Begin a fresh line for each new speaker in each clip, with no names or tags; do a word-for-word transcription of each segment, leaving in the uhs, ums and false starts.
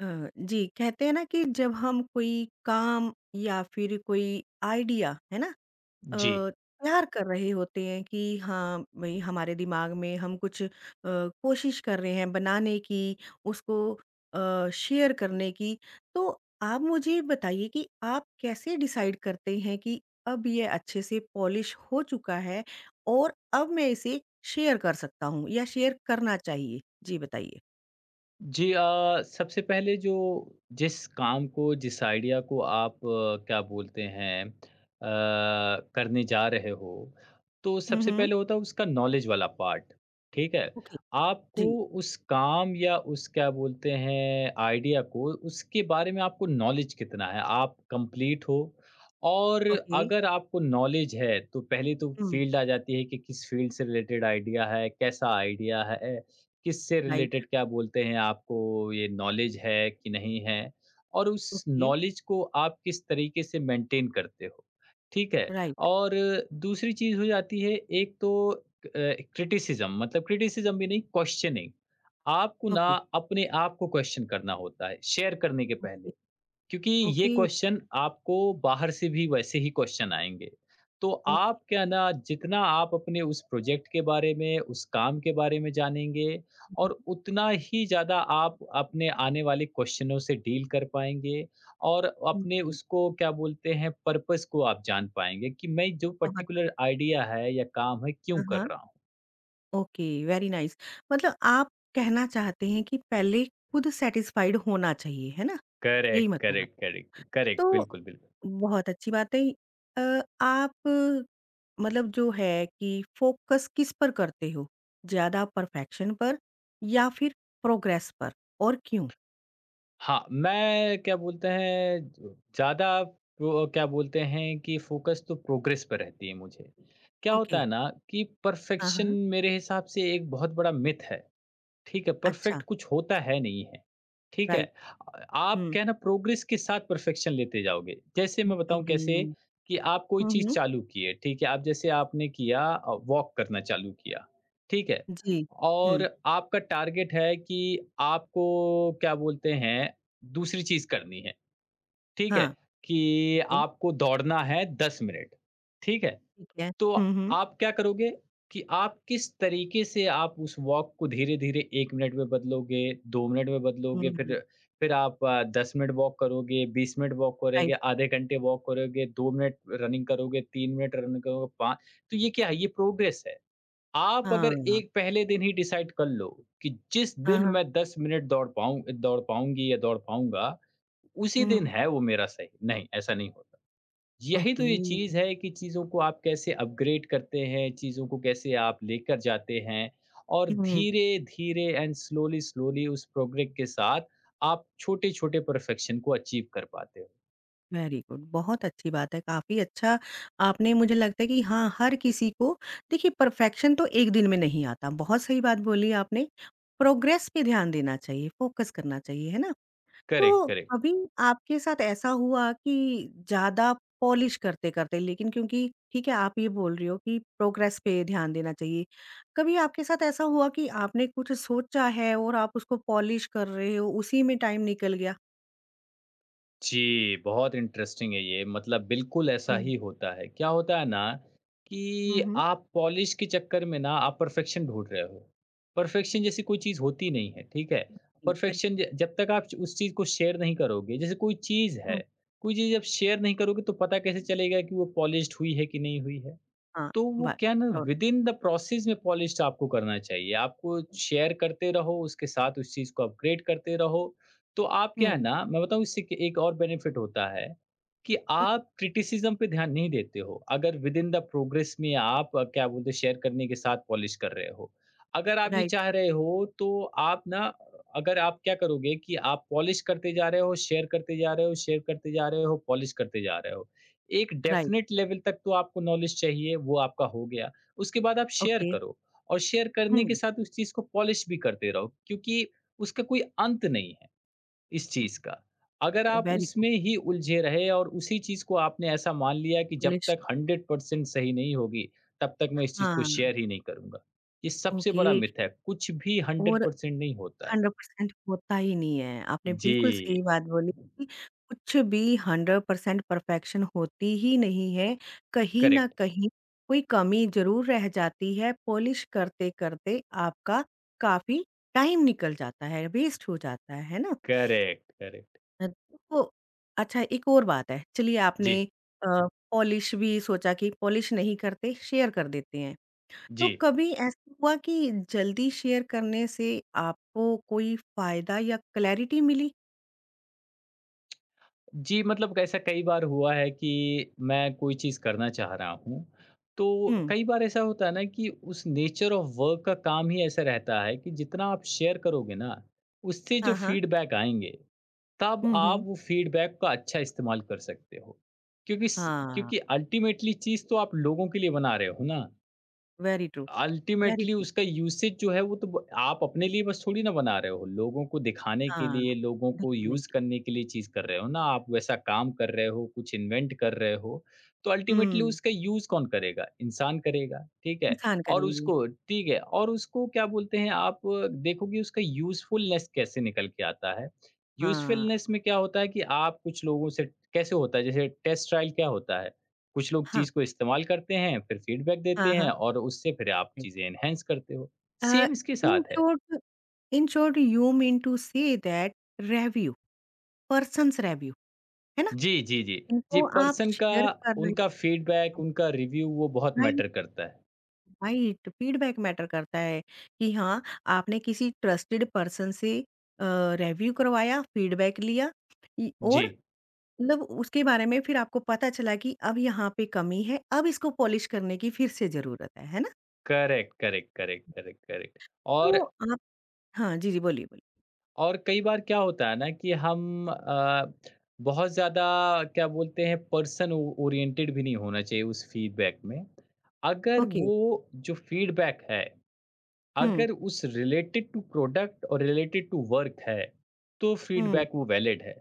अ, जी कहते हैं ना कि जब हम कोई काम या फिर कोई आइडिया है ना अ,
जी।
तैयार कर रहे होते हैं कि हाँ भाई हमारे दिमाग में हम कुछ अ, कोशिश कर रहे हैं बनाने की उसको अ, शेयर करने की तो आप मुझे बताइए कि आप कैसे डिसाइड करते हैं कि अब ये अच्छे से पॉलिश हो चुका है और अब मैं इसे शेयर कर सकता हूँ या शेयर करना चाहिए जी बताइए।
जी, अ, सबसे पहले जो जिस काम को जिस आइडिया को आप आ, क्या बोलते हैं अ, करने जा रहे हो, तो सबसे
हम्म।
पहले होता है उसका नॉलेज वाला पार्ट, ठीक है?
ओके।
आपको
जी।
उस काम या उस क्या बोलते हैं आइडिया को उसके बारे में आपको नॉलेज कितना है? आप कंप्लीट हो और
ओके।
अगर आपको नॉलेज है, तो पहले तो
हुँ,
फील्ड आ जाती है कि किस फील्ड से रिलेटेड आइडिया है, कैसा आइडिया है किससे
राइट,
रिलेटेड क्या बोलते हैं आपको ये नॉलेज है कि नहीं है और उस
ओके,
नॉलेज को आप किस तरीके से मेंटेन करते हो ठीक है।
राइट,
और दूसरी चीज़ हो जाती है, एक तो क्रिटिसिज्म, मतलब क्रिटिसिज्म भी नहीं क्वेश्चनिंग, आपको ना
ओके,
अपने आप को क्वेश्चन करना होता है शेयर करने के
ओके,
पहले क्योंकि ये
ओके,
क्वेश्चन आपको बाहर से भी वैसे ही क्वेश्चन आएँगे। तो
ओके।
आप क्या ना जितना आप अपने उस प्रोजेक्ट के बारे में, उस काम के बारे में जानेंगे
हुँ,
और उतना ही ज़्यादा आप अपने आने वाले क्वेश्चनों से डील कर पाएँगे और
हुँ,
अपने
हुँ,
उसको क्या बोलते हैं पर्पस को आप जान पाएँगे कि मैं जो
बहुत।
पर्टिकुलर आइडिया है या काम है क्यों
हाँ, हाँ,
कर रहा हूँ।
Okay, very nice. मतलब आप कहना चाहते हैं कि पहले खुद सैटिस्फाइड होना चाहिए, है ना? यही
करेक्ट,
मतलब आप
करेक्ट, करेक्ट, करेक्ट,
तो
बिल्कुल, बिल्कुल।
बहुत अच्छी बात है। अ, आप अ, मतलब जो है कि फ़ोकस किस पर करते हो? ज़्यादा परफेक्शन पर या फिर प्रोग्रेस पर और क्यों?
हाँ, मैं क्या बोलते हैं ज़्यादा वो क्या बोलते हैं कि फ़ोकस तो प्रोग्रेस पे रहती है मुझे। क्या
ओके,
होता है ना कि
हाँ,
परफ़ेक्शन
हाँ,
मेरे हिसाब से एक बहुत बड़ा मिथ है। ठीक है,
अच्छा,
परफेक्ट कुछ होता है नहीं है, ठीक है?
राइट,
अ, आप
हुँ,
क्या है ना प्रोग्रेस के साथ परफेक्शन लेते जाओगे। जैसे
हुँ,
मैं
हुँ,
बताऊँ
हुँ,
कैसे,
हुँ।
कि आप कोई
हुँ,
चीज़
हुँ।
चालू किए, ठीक है? आप जैसे आपने किया अ, वॉक करना चालू किया, ठीक है?
जी।
और
हुँ,
आपका टारगेट है कि आपको क्या बोलते हैं दूसरी चीज़ करनी है, ठीक है?
हाँ,
कि
ओके,
आपको दौड़ना है दस मिनट, ठीक है?
ठीक है।
तो
हुँ, हुँ,
आप क्या करोगे कि आप किस तरीके से आप उस वॉक को धीरे-धीरे एक मिनट में बदलोगे, दो मिनट में बदलोगे,
हुँ,
फिर फिर आप अ, दस मिनट वॉक करोगे, बीस मिनट वॉक
राइट।
करोगे, आधे घंटे वॉक करोगे, दो मिनट रनिंग करोगे, तीन मिनट रनिंग करोगे, पाँच। तो ये क्या है? ये प्रोग्रेस है। आप
हाँ,
अगर
हाँ,
एक पहले दिन ही डिसाइड कर लो कि जिस दिन
हाँ,
मैं दस मिनट दौड़ पाऊँ दौड़ पाऊँगी या दौड़ पाऊँगा, उसी दिन
हुँ,
है वो मेरा सही। नहीं, ऐसा नहीं होता। यही तो
ओके,
ये चीज़ है कि चीज़ों को आप कैसे अपग्रेड करते हैं, चीज़ों को कैसे आप लेकर जाते हैं और
हुँ,
धीरे-धीरे एंड स्लोली स्लोली उस प्रोग्रेस के साथ आप छोटे-छोटे परफेक्शन को अचीव कर पाते हो।
वेरी गुड, बहुत अच्छी बात है, काफ़ी अच्छा। आपने मुझे लगता है कि हाँ, हर किसी को देखिए परफेक्शन तो एक दिन में नहीं आता, बहुत सही बात बोली आपने, प्रोग्रेस पे ध्यान देना चाहिए, फ़ोकस करना चाहिए, है ना?
करेक्ट,
तो
करेक्ट।
कभी आपके साथ ऐसा हुआ कि ज़्यादा पॉलिश करते-करते लेकिन क्योंकि ठीक है, आप ये बोल रही हो कि प्रोग्रेस पे ध्यान देना चाहिए। कभी आपके साथ ऐसा हुआ कि आपने कुछ सोचा है और आप उसको पॉलिश कर रहे हो, उसी में टाइम निकल गया?
जी, बहुत इंटरेस्टिंग है ये, मतलब बिल्कुल ऐसा
हुँ।
ही होता है। क्या होता है ना
हुँ,
कि
हुँ।
आप पॉलिश के चक्कर में ना आप परफेक्शन ढूँढ रहे हो। परफेक्शन जैसी कोई चीज़ होती नहीं है, ठीक है?
जी, अ
परफेक्शन ज जब तक आप उस चीज़ को शेयर नहीं करोगे, जैसे कोई चीज़ है,
हुँ,
कोई चीज़ जब
हुँ।
शेयर नहीं करोगे तो पता कैसे चलेगा कि वो पॉलिश्ड हुई है कि नहीं हुई है?
हाँ,
तो वो
बा
क्या ना
डॉट।
विदिन द प्रोसेस में पॉलिश्ड आपको करना चाहिए। आपको शेयर करते रहो, उसके साथ उस चीज़ को अपग्रेड करते रहो। तो आप
हुँ,
क्या है
हुँ।
ना मैं बताऊँ इससे कि एक और बेनिफिट होता है कि आप क्रिटिसिज़्म पे ध्यान नहीं देते हो। अगर विदिन द प्रोग्रेस में आप अ, क्या बोलते हैं शेयर करने के साथ पॉलिश कर रहे हो। अगर आप ये
राइट,
चाह रहे हो तो आप ना अगर आप क्या करोगे कि आप पॉलिश करते जा रहे हो, शेयर करते जा रहे हो, शेयर करते जा रहे हो, पॉलिश करते जा रहे हो। एक
राइट,
डेफ़िनेट लेवल तक तो आपको नॉलेज चाहिए, वो आपका हो गया। उसके बाद आप शेयर
ओके।
करो और शेयर करने के
हुँ,
साथ उस चीज़ को पॉलिश भी करते रहो क्योंकि उसका कोई अंत नहीं है इस
हुँ।
चीज़ का। अगर आप
वेरी गुड
उसमें ही उलझे रहे और उसी चीज़ को आपने ऐसा मान लिया कि जब
पॉलिश।
तक हंड्रेड परसेंट सही नहीं होगी, तब तक मैं इस चीज़ को
हाँ,
शेयर ही नहीं करूँगा। ये सबसे
ओके
बड़ा मिथ है, कुछ भी
और
हंड्रेड परसेंट नहीं होता है।
सौ प्रतिशत होता ही नहीं है। आपने
जी।
बिल्कुल सही बात बोली कि कुछ भी हंड्रेड परसेंट परफेक्शन होती ही नहीं है। कहीं न
करेक्ट,
कहीं कोई कमी ज़रूर रह जाती है, पॉलिश करते-करते आपका काफ़ी टाइम निकल जाता है, वेस्ट हो जाता है, है ना?
Correct, correct.
अ, तो अच्छा एक और बात है, चलिए आपने
जी,
अ, पॉलिश भी सोचा कि पॉलिश नहीं करते, शेयर कर देते हैं। तो
जी।
कभी ऐसा हुआ कि जल्दी शेयर करने से आपको कोई फायदा या क्लैरिटी मिली?
जी, मतलब ऐसा कई बार हुआ है कि मैं कोई चीज़ करना चाह रहा हूँ, तो
हुँ।
कई बार ऐसा होता है ना कि उस नेचर ऑफ वर्क का काम ही ऐसा रहता है कि जितना आप शेयर करोगे ना, उससे जो
हाँ, हाँ।
फीडबैक आएँगे, तब
हुँ,
आप
हुँ।
वो फीडबैक का अच्छा इस्तेमाल कर सकते हो। क्योंकि स
हाँ,
क्योंकि अल्टीमेटली चीज़ तो आप लोगों के लिए बना रहे हो ना।
Very true, very
ultimately
true.
उसका यूसेज जो है वो तो ब आप अपने लिए बस थोड़ी ना बना रहे हो, लोगों को दिखाने के
हाँ,
लिए, लोगों को
बिल्कुल नहीं।
यूज़ करने के लिए चीज़ कर रहे हो ना, आप वैसा काम कर रहे हो, कुछ इन्वेंट कर रहे हो, तो अल्टीमेटली
हुँ।
उसका यूज़ कौन करेगा? इंसान करेगा, ठीक है?
इंसान
और
करेंगे।
उसको ठीक है, और उसको क्या बोलते हैं आप देखोगे उसका यूज़फुलनेस कैसे निकल के आता है।
हाँ,
यूज़फुलनेस में क्या होता है कि आप कुछ लोगों से कैसे होता है जैसे टेस्ट ट्रायल क्या होता है? कुछ लोग
हाँ,
चीज़ को इस्तेमाल करते हैं, फिर फीडबैक देते
हाँ,
हैं
हाँ।
और उससे फिर आप चीज़ें एनहांस करते हो।
अ,
सेम इसके
इन
साथ है।
Short, in short you mean to say that review, persons review है ना?
जी, जी, जी। जी,
इनको आप
पर्सन का
शेयर कर रहे
उनका फीडबैक, उनका रिव्यू वो बहुत
हो।
मैटर करता है।
राइट, फीडबैक मैटर करता है कि हाँ, आपने किसी ट्रस्टेड पर्सन से रिव्यू करवाया, फीडबैक लिया इ-
जी,
और मतलब उसके बारे में फिर आपको पता चला कि अब यहाँ पे कमी है, अब इसको पॉलिश करने की फिर से जरूरत है है ना?
Correct, correct, correct, correct, correct. और
तो आप, हाँ जी जी, बोलिए बोलिए।
और कई बार क्या होता है ना कि हम अ, बहुत ज़्यादा क्या बोलते हैं पर्सन ओ ओरिएंटेड भी नहीं होना चाहिए उस फीडबैक में। अगर
ओके।
वो जो फीडबैक है
हम्म।
अगर उस रिलेटेड टू प्रोडक्ट और रिलेटेड टू वर्क है तो
हम्म।
फीडबैक वो वैलिड है।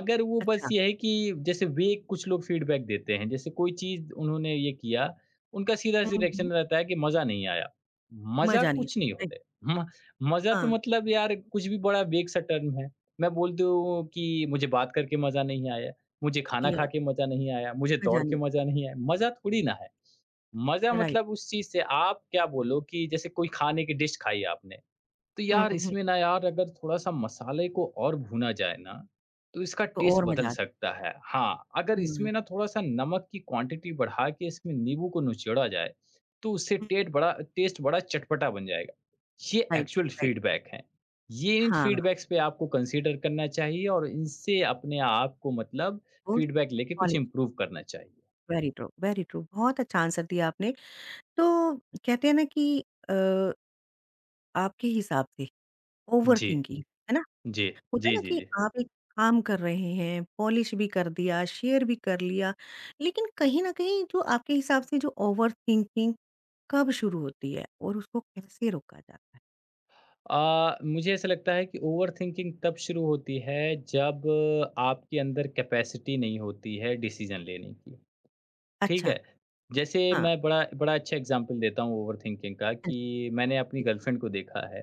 अगर वो बस
अच्छा।
ये है कि जैसे वे कुछ लोग फीडबैक देते हैं, जैसे कोई चीज़ उन्होंने ये किया, उनका सीधा
हम्म,
सी
हम्म,
रिएक्शन रहता है कि मज़ा नहीं आया। मज़ा
मजा नहीं
कुछ
आया,
नहीं
राइट।
होता है। म- मज़ा तो
हाँ
मतलब यार कुछ भी बड़ा वेग सा टर्म है। मैं बोल दूँ कि मुझे बात करके मज़ा नहीं आया, मुझे खाना
जी
खा
हाँ,
के मज़ा नहीं आया, मुझे
मजा
दौड़
नहीं।
के मज़ा नहीं आया, मज़ा थोड़ी ना है। मज़ा
राइट।
मतलब उस चीज़ से आप क्या बोलो कि जैसे कोई खाने की डिश खाई आपने, तो
हम्म,
यार
हम्म।
इसमें ना यार अगर थोड़ा-सा मसाले को और भुना जाए ना, तो इसका
तो
टेस्ट
और मजा
बदल
आता।
सकता है। हाँ, अगर
हम्म,
इसमें ना थोड़ा-सा नमक की क्वांटिटी बढ़ा के इसमें नींबू को निचोड़ा जाए, तो उससे
हम्म,
टेट बड़ा टेस्ट बड़ा चटपटा बन जाएगा। ये
राइट,
एक्चुअल
राइट।
फीडबैक हैं। ये इन
हाँ,
फीडबैक्स पे आपको कंसीडर करना चाहिए और इनसे अपने आप को मतलब
वो
फीडबैक लेके कुछ
पॉलिश।
इम्प्रूव करना चाहिए।
Very true, very true. बहुत अच्छा आंसर दिया आपने। तो कहते हैं ना कि अ, आपके हिसाब से
जी।
ओवरथिंकिंग, जी। है ना?
जी।
होता है
जी,
ना
जी,
कि
जी।
आप एक काम कर रहे हैं, पॉलिश भी कर दिया, शेयर भी कर लिया, लेकिन कहीं न कहीं जो आपके हिसाब से जो ओवरथिंकिंग कब शुरू होती है और उसको कैसे रोका जाता है?
अ, मुझे ऐसा लगता है कि ओवरथिंकिंग तब शुरू होती है जब आपके अंदर कैपेसिटी नहीं होती है डिसीजन लेने की, ठीक
अच्छा,
है? जैसे
हाँ,
मैं बड़ा बड़ा अच्छा एग्ज़ाम्पल देता हूँ ओवरथिंकिंग का
हाँ
कि मैंने अपनी
जी, ठीक है।
गर्लफ्रेंड को देखा है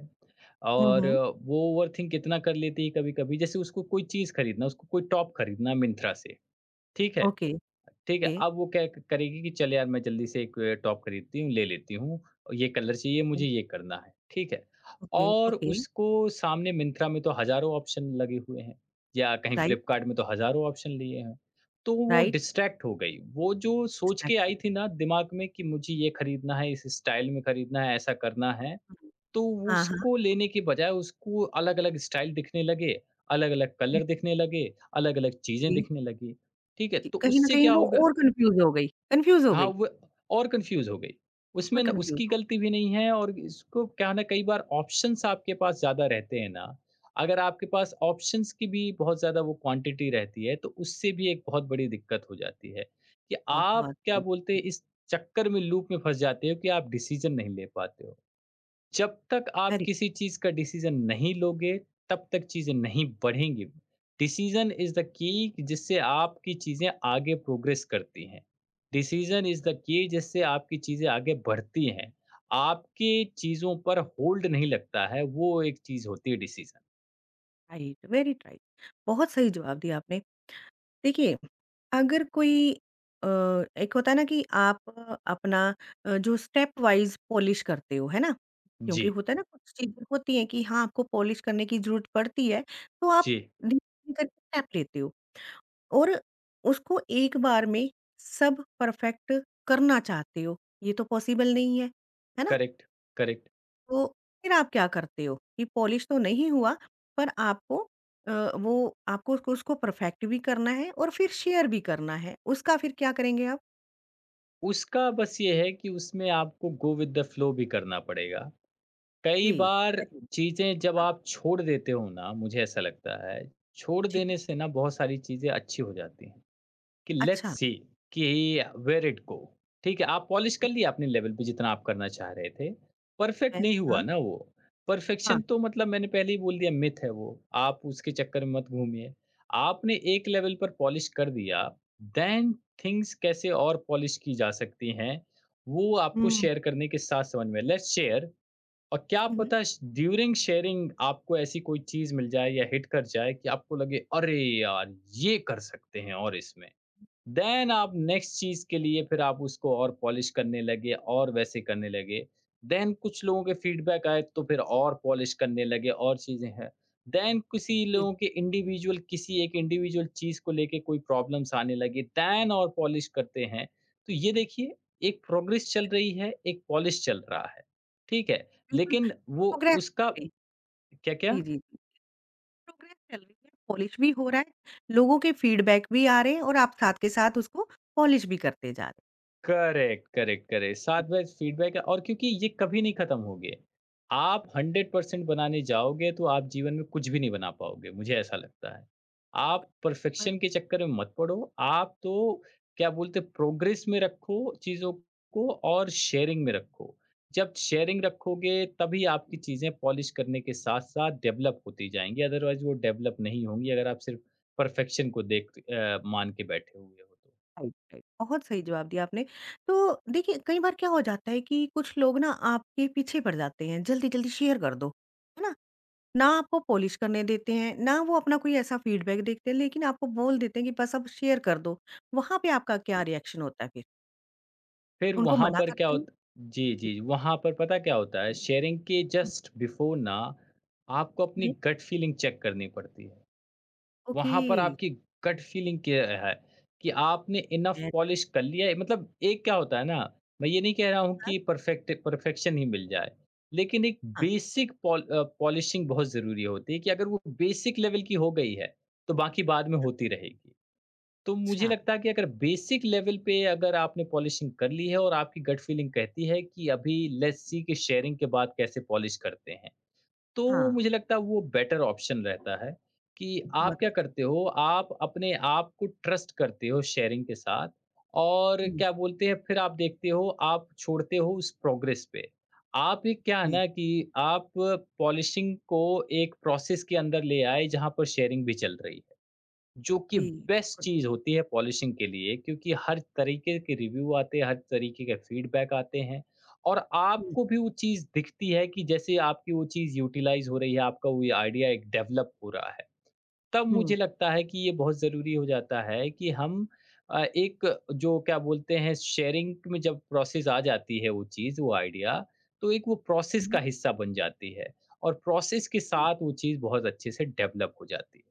हुँ,
और
हुँ।
वो ओवरथिंक इतना कर लेती है कभी-कभी, जैसे उसको कोई चीज़ खरीदना, उसको कोई टॉप खरीदना मिंत्रा से, ठीक है?
ओके,
ठीक है,
ओके,
अब वो क्या क करेगी कि चल यार मैं जल्दी से एक टॉप खरीदती हूँ, ले लेती हूँ, ये कलर चाहिए
ओके,
मुझे, ये करना है, ठीक है।
ओके,
और
ओके।
उसको सामने मिंत्रा में तो हज़ारों ऑप्शन लगे हुए हैं या कहीं
राइट,
फ्लिपकार्ट में तो हज़ारों ऑप्शन लिए हैं। तो वो
राइट,
डिस्ट्रैक्ट हो गई, वो जो सोच के आई
एग्ज़ैक्टली।
थी ना दिमाग में कि मुझे ये खरीदना है, इस स्टाइल में खरीदना है, ऐसा करना है,
हुँ,
तो
हाँ, हाँ।
उसको लेने के बजाय उसको अलग-अलग स्टाइल दिखने लगे, अलग-अलग कलर दिखने लगे, अलग-अलग चीज़ें
जी।
दिखने लगी, ठीक है।
जी,
तो
कहीं न
उससे
कहीं
क्या
वो
होगा,
और कन्फ्यूज़ हो गई, कन्फ्यूज़ हो
हाँ,
गई
वो और कन्फ्यूज़ हो गई।
और
उसमें ना
कन्फ्यूज़
उसकी
हो गई।
गलती भी नहीं है और इसको क्या ना कई बार ऑप्शंस आपके पास ज़्यादा रहते हैं ना, अगर आपके पास ऑप्शंस की भी बहुत ज़्यादा वो क्वांटिटी रहती है, तो उससे भी एक बहुत बड़ी दिक्कत हो जाती है, कि आप
बहुत
क्या
सही,
बोलते हैं इस चक्कर में लूप में फँस जाते हो कि आप डिसीज़न नहीं ले पाते हो। जब तक आप
वेरी
किसी चीज़ का डिसीज़न नहीं लोगे, तब तक चीज़ें नहीं बढ़ेंगी।
Good,
decision is the key कि जिससे आपकी चीज़ें आगे प्रोग्रेस करती हैं। डिसीज़न इज़ द की जिससे आपकी चीज़ें आगे बढ़ती हैं। आपकी चीज़ों पर होल्ड नहीं लगता है, वो एक चीज़ होती है डिसीज़न।
Right, very right. बहुत सही जवाब दिया आपने। देखिए, अगर कोई अ, एक होता है ना कि आप अपना अ, जो स्टेप वाइज़ पॉलिश करते हो, है ना? क्योंकि
जी,
होता है ना कुछ चीज़ें होती हैं कि हाँ, आपको पॉलिश करने की ज़रूरत पड़ती है, तो आप
जी।
धीरे-धीरे करके स्टेप लेते हो और उसको एक बार में सब परफेक्ट करना चाहते हो, ये तो पॉसिबल नहीं है, है ना?
Correct, correct.
तो फिर आप क्या करते हो कि पॉलिश तो नहीं हुआ पर आपको अ, वो आपको उसको उसको परफेक्ट भी करना है और फिर शेयर भी करना है। उसका फिर क्या करेंगे आप?
उसका बस ये है कि उसमें आपको गो विद द फ्लो भी करना पड़ेगा। कई
जी।
बार
अरे!
चीज़ें जब
हाँ।
आप छोड़ देते हो ना, मुझे ऐसा लगता है, छोड़
जी।
देने से ना बहुत सारी चीज़ें अच्छी हो जाती हैं, कि लेट्स
अच्छा।
सी कि वेयर इट गो। ठीक है, आप पॉलिश कर
ठीक
लिया अपने लेवल पे जितना आप करना चाह रहे थे, परफेक्ट
है।
नहीं
हाँ,
हुआ ना वो,
हाँ।
परफेक्शन तो मतलब मैंने पहले ही बोल दिया मिथ है वो, आप उसके चक्कर में मत घूमिए। आपने एक लेवल पर पॉलिश कर दिया, देन थिंग्स कैसे और पॉलिश की जा सकती हैं, वो आपको
हुँ,
शेयर करने के साथ समझ में लेट्स शेयर, और क्या
हुँ।
पता ड्यूरिंग शेयरिंग आपको ऐसी कोई चीज़ मिल जाए या हिट कर जाए कि आपको लगे अरे यार! ये कर सकते हैं और इसमें। देन आप नेक्स्ट चीज़ के लिए फिर आप उसको और पॉलिश करने लगे और वैसे करने लगे। देन कुछ लोगों के फीडबैक आए तो फिर और पॉलिश करने लगे और चीज़ें हैं। देन किसी
जी, जी,
लोगों के इंडिविजुअल किसी एक इंडिविजुअल चीज़ को लेके कोई प्रॉब्लम्स आने लगी, देन और पॉलिश करते हैं। तो ये देखिए एक प्रोग्रेस चल रही है, एक पॉलिश चल रहा है। ठीक है?
बिल्कुल,
लेकिन वो
प्रोग्रेस चल
उसका
रही है।
क्या-क्या?
जी, जी, जी। प्रोग्रेस चल रही है, पॉलिश भी हो रहा है, लोगों के फीडबैक भी आ रहे हैं और आप साथ के साथ उसको पॉलिश भी करते जा रहे
करेक्ट, करेक्ट, करेक्ट। साथ में फीडबैक है और क्योंकि ये कभी नहीं खत्म होंगे। आप हंड्रेड परसेंट बनाने जाओगे तो आप जीवन में कुछ भी नहीं बना पाओगे, मुझे ऐसा लगता है। आप
हैं।
परफेक्शन के चक्कर में मत पड़ो, आप तो क्या बोलते हैं प्रोग्रेस में रखो चीज़ों को और शेयरिंग में रखो। जब शेयरिंग रखोगे तभी आपकी चीज़ें पॉलिश करने के साथ-साथ डेवलप होती जाएँगी, अदरवाइज़ वो डेवलप नहीं होंगी अगर आप सिर्फ परफेक्शन को देख अ, मान के बैठे हुए हो तो।
Right, right. बहुत सही जवाब दिया आपने। तो देखिए, कई बार क्या हो जाता है कि कुछ लोग ना आपके पीछे पड़ जाते हैं, जल्दी-जल्दी शेयर कर दो, है ना? ना आपको पॉलिश करने देते हैं, ना वो अपना कोई ऐसा फीडबैक देखते हैं, लेकिन आपको बोल देते हैं कि बस अब शेयर कर दो। वहाँ पे आपका क्या रिएक्शन होता है फिर?
फिर
उनको
वहाँ
मना
पर क्या
करते हैं?
होत जी,
जी।
जी। वहाँ पर पता क्या होता है, शेयरिंग के
हुँ,
जस्ट बिफ़ोर ना, आपको अपनी
हुँ।
गट फीलिंग चेक करनी पड़ती है।
ओके।
वहाँ पर आपकी गट फीलिंग क्या है कि आपने इनफ
वेरी
पॉलिश कर लिया है, मतलब एक क्या होता है ना, मैं ये नहीं कह रहा हूँ
नाइस।
कि परफेक्ट परफेक्शन ही मिल जाए। लेकिन एक
हाँ,
बेसिक पॉल अ, पॉलिशिंग बहुत ज़रूरी होती है कि अगर वो बेसिक लेवल की हो गई है, तो बाकी बाद में होती रहेगी। तो मुझे
अच्छा।
लगता है कि अगर बेसिक लेवल पे अगर आपने पॉलिशिंग कर ली है और आपकी गट फीलिंग कहती है कि अभी लेट्स सी कि शेयरिंग के बाद कैसे पॉलिश करते हैं,
हाँ,
तो मुझे लगता है वो बेटर ऑप्शन रहता है कि आप
बहुत
क्या
अच्छी।
करते हो, आप अपने आप को ट्रस्ट करते हो शेयरिंग के साथ और
हुँ,
क्या बोलते हैं फिर आप देखते हो, आप छोड़ते हो उस प्रोग्रेस पे। आप एक क्या है
जी,
ना कि आप पॉलिशिंग को एक प्रोसेस के अंदर ले आए जहाँ पर शेयरिंग भी चल रही है। जो कि
जी,
बेस्ट
बिल्कुल।
चीज़ होती है पॉलिशिंग के लिए क्योंकि हर तरीके के रिव्यू आते हैं, हर तरीके के फीडबैक आते हैं और
हुँ,
आपको भी वो चीज़ दिखती है कि जैसे आपकी वो चीज़ यूटिलाइज़ हो रही है, आपका वो आइडिया एक डेवलप हो रहा है। तब
हुँ,
मुझे लगता है कि ये बहुत ज़रूरी हो जाता है कि हम अ, एक जो क्या बोलते हैं शेयरिंग में जब प्रोसेस आ जाती है वो चीज़, वो आइडिया, तो एक वो प्रोसेस
हुँ।
का हिस्सा बन जाती है और प्रोसेस के साथ वो चीज़ बहुत अच्छे से डेवलप हो जाती है।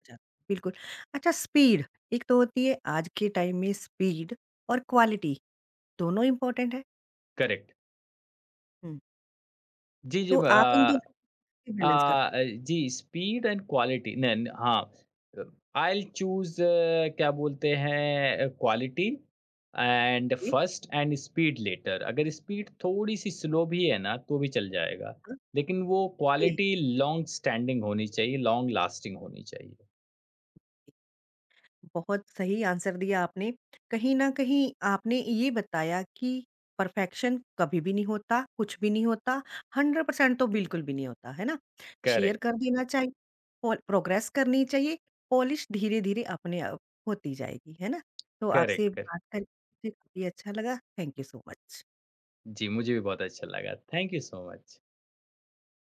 अच्छा, बिल्कुल। अच्छा, स्पीड, एक तो होती है आज के टाइम में स्पीड और क्वालिटी, दोनों इम्पोर्टेंट है।
करेक्ट।
हुँ।
जी, जी।
तो
ब अ
आप इन दोनों को
अ
कैसे बैलेंस करते हैं?
अ, जी, स्पीड एंड क्वालिटी नन, हाँ, आई विल चूज़ क्या बोलते हैं क्वालिटी एंड
ये,
फर्स्ट एंड स्पीड लेटर। अगर स्पीड थोड़ी-सी स्लो भी है ना, तो भी चल जाएगा।
हाँ,
लेकिन वो
ये
क्वालिटी लॉन्ग स्टैंडिंग होनी चाहिए, लॉन्ग लास्टिंग होनी चाहिए।
बहुत सही आंसर दिया आपने। कहीं न कहीं आपने ये बताया कि परफेक्शन कभी भी नहीं होता, कुछ भी नहीं होता, हंड्रेड परसेंट तो बिल्कुल भी नहीं होता, है ना? शेयर
करेक्ट,
कर देना चाहिए, और प्रोग्रेस करनी चाहिए, पॉलिश धीरे-धीरे अपने आप होती जाएगी, है ना? तो आपसे
करेक्ट, करेक्ट।
बात करके मुझे काफ़ी अच्छा लगा। Thank you so much.
जी, मुझे भी बहुत अच्छा लगा। Thank you so much.